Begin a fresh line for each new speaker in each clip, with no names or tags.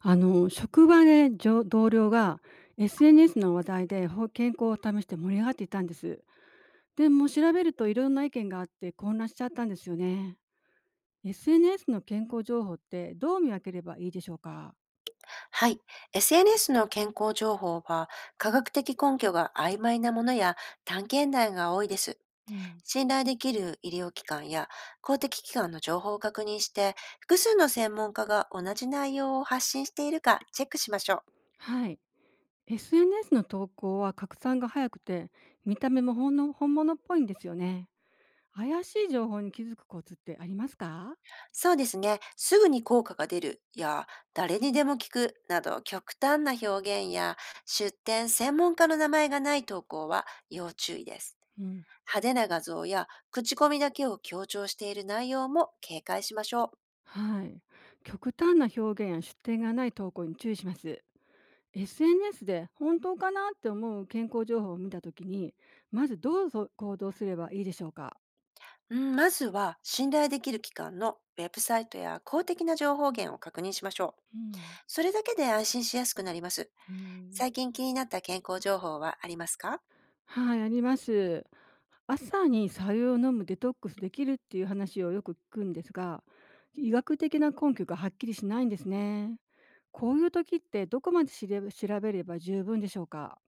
職場で同僚が SNS の話題で健康を試して盛り上がっていたんです。でも調べるといろんな意見があって混乱しちゃったんですよね。SNS の健康情報ってどう見分ければいいでしょうか。
はい。SNS の健康情報は、科学的根拠が曖昧なものや探検団が多いです。
うん、
信頼できる医療機関や公的機関の情報を確認して、複数の専門家が同じ内容を発信しているかチェックしましょう。
はい。SNS の投稿は拡散が早くて見た目もほんの本物っぽいんですよね。怪しい情報に気づくコツってありますか？
そうですね。すぐに効果が出るや、誰にでも聞くなど極端な表現や、出典専門家の名前がない投稿は要注意です。
うん、
派手な画像や口コミだけを強調している内容も警戒しましょう。
はい。極端な表現や出典がない投稿に注意します。SNS で本当かなって思う健康情報を見たときに、まずどうぞ行動すればいいでしょうか？
うんまずは信頼できる機関のウェブサイトや公的な情報源を確認しましょう。
うん、
それだけで安心しやすくなります。
へえ。
最近気になった健康情報はありますか？
はい、あります。朝に白湯を飲むデトックスできるっていう話をよく聞くんですが、医学的な根拠がはっきりしないんですね。こういう時ってどこまで調べれば十分でしょうか？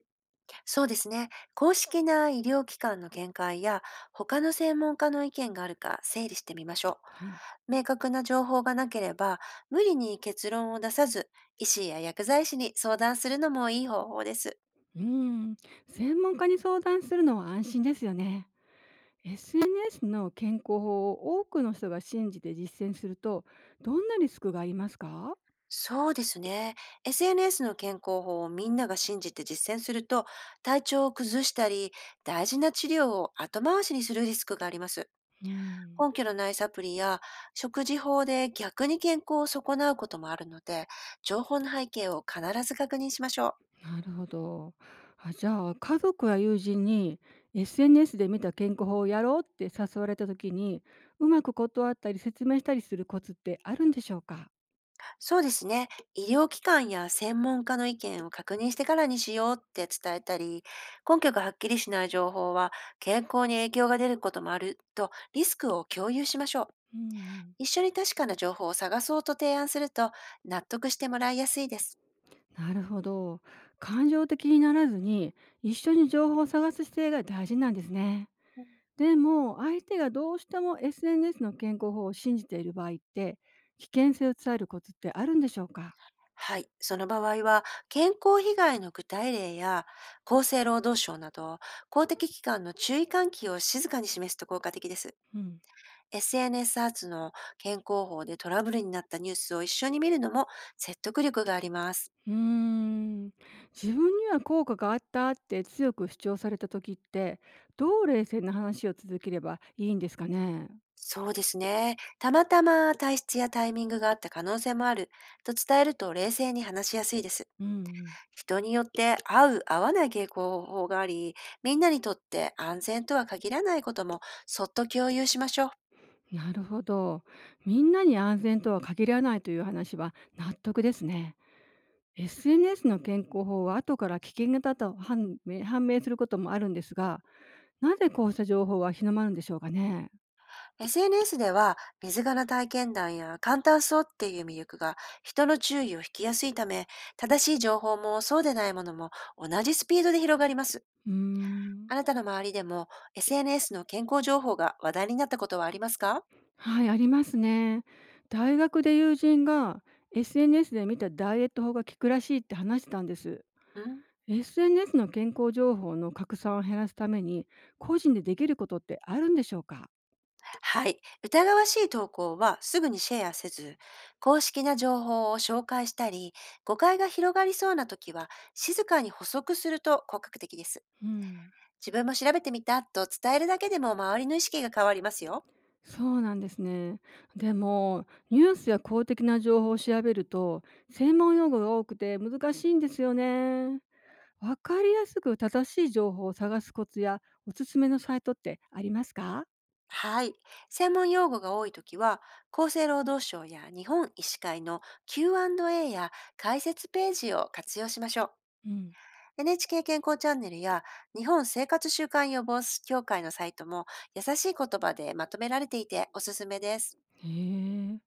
そうですね。公式な医療機関の見解や、他の専門家の意見があるか整理してみましょ
はい。
う。明確な情報がなければ、無理に結論を出さず、医師や薬剤師に相談するのもいい方法です。
うん、専門家に相談するのは安心ですよね。SNS の健康法を多くの人が信じて実践すると、どんなリスクがありますか？
そうですね。SNS の健康法をみんなが信じて実践すると、体調を崩したり、大事な治療を後回しにするリスクがあります。
うん、
根拠のないサプリや食事法で逆に健康を損なうこともあるので、情報の背景を必ず確認しましょう。
なるほど。じゃあ家族や友人に SNS で見た健康法をやろうって誘われた時にうまく断ったり説明したりするコツってあるんでしょうか？
そうですね。医療機関や専門家の意見を確認してからにしようって伝えたり、根拠がはっきりしない情報は健康に影響が出ることもあると、リスクを共有しましょう。
うんう
一緒に確かな情報を探そうと提案すると、納得してもらいやすいです。
ん、なるほど。感情的にならずに一緒に情報を探す姿勢が大事なんですね。
うん、
でも、相手がどうしても SNS の健康法を信じている場合って、危険性を伝えるコツってあるんでしょうか？
はい。その場合は、健康被害の具体例や、厚生労働省など、公的機関の注意喚起を静かに示すと効果的です。
うん、
SNS アーツの健康法でトラブルになったニュースを一緒に見るのも説得力があります。
うーん、自分には効果があったって強く主張された時って、どう冷静な話を続ければいいんですかね？
そうですね。たまたま体質やタイミングがあった可能性もあると伝えると、冷静に話しやすいです。
うんうん、
人によって合う合わない傾向法があり、みんなにとって安全とは限らないこともそっと共有しましょう。
なるほど。みんなに安全とは限らないという話は納得ですね。SNS の健康法は後から危険型と判明することもあるんですが、なぜこうした情報は広まるんでしょうかね。
SNS では水柄体験談や簡単そうっていう魅力が人の注意を引きやすいため、正しい情報もそうでないものも同じスピードで広がります。
うーん。
あなたの周りでも SNS の健康情報が話題になったことはありますか？
はい、ありますね。大学で友人が SNS で見たダイエット法が効くらしいって話してたんです。
うん、
SNS の健康情報の拡散を減らすために個人でできることってあるんでしょうか？
はい。疑わしい投稿はすぐにシェアせず、公式な情報を紹介したり、誤解が広がりそうな時は、静かに補足すると効果的です。
うん。
自分も調べてみたと伝えるだけでも、周りの意識が変わりますよ。
そうなんですね。でもニュースや公的な情報を調べると専門用語が多くて難しいんですよね。わかりやすく正しい情報を探すコツやおすすめのサイトってありますか？
はい。専門用語が多いときは、厚生労働省や日本医師会の Q&A や解説ページを活用しましょう。
うん、
NHK 健康チャンネルや日本生活習慣予防協会のサイトも、優しい言葉でまとめられていておすすめです。
へえ。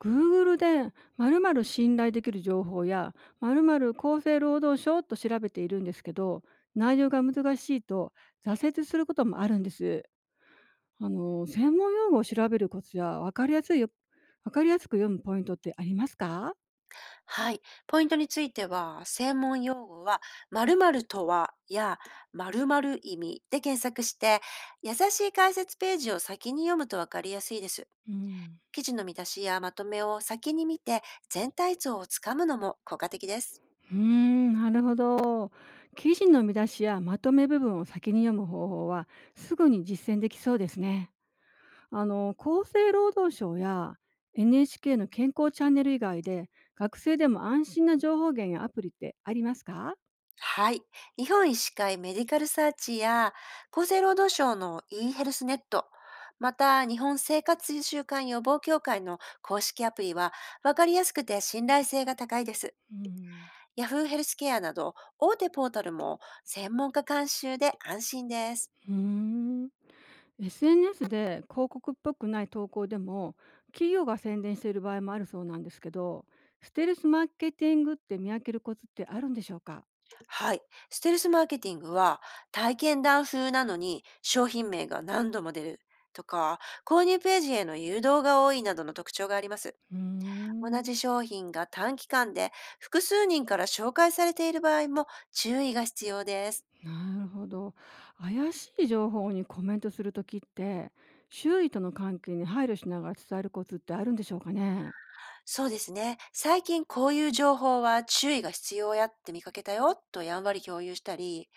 Google で〇〇信頼できる情報や〇〇厚生労働省と調べているんですけど内容が難しいと挫折することもあるんです。専門用語を調べるコツやわかりやすく読むポイントってありますか？
はい。ポイントについては、専門用語は〇〇とはや〇〇意味で検索して、優しい解説ページを先に読むとわかりやすいです。
うん、
記事の見出しやまとめを先に見て、全体像をつかむのも効果的です。
うーん、なるほど。記事の見出しやまとめ部分を先に読む方法はすぐに実践できそうですね。厚生労働省や NHK の健康チャンネル以外で学生でも安心な情報源やアプリってありますか？
はい。日本医師会メディカルサーチや厚生労働省の e ヘルスネット、また日本生活習慣予防協会の公式アプリは分かりやすくて信頼性が高いです。
うん、
Yahoo ヘルスケアなど大手ポータルも専門家監修で安心です。
うーん。 SNS で広告っぽくない投稿でも企業が宣伝している場合もあるそうなんですけどステルスマーケティングって見分けるコツってあるんでしょうか？
はい。ステルスマーケティングは、体験談風なのに商品名が何度も出るとか、購入ページへの誘導が多いなどの特徴があります。
うー
同
ん、
じ商品が短期間で複数人から紹介されている場合も、注意が必要です。
なるほど。怪しい情報にコメントするときって、周囲との関係に配慮しながら伝えるコツってあるんでしょうかね。
そうですね。最近こういう情報は注意が必要やって見かけたよとやんわり共有したり、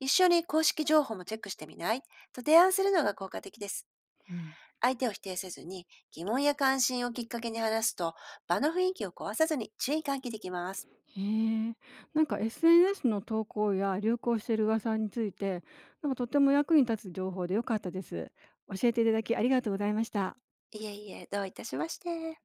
一緒に公式情報もチェックしてみないと提案するのが効果的です。
うん、
相手を否定せずに疑問や関心をきっかけに話すと、場の雰囲気を壊さずに注意喚起できます。
へえ。なんか SNS の投稿や流行している噂について、なんかとても役に立つ情報でよかったです。教えていただきありがとうございました。
いえいえ、どういたしまして。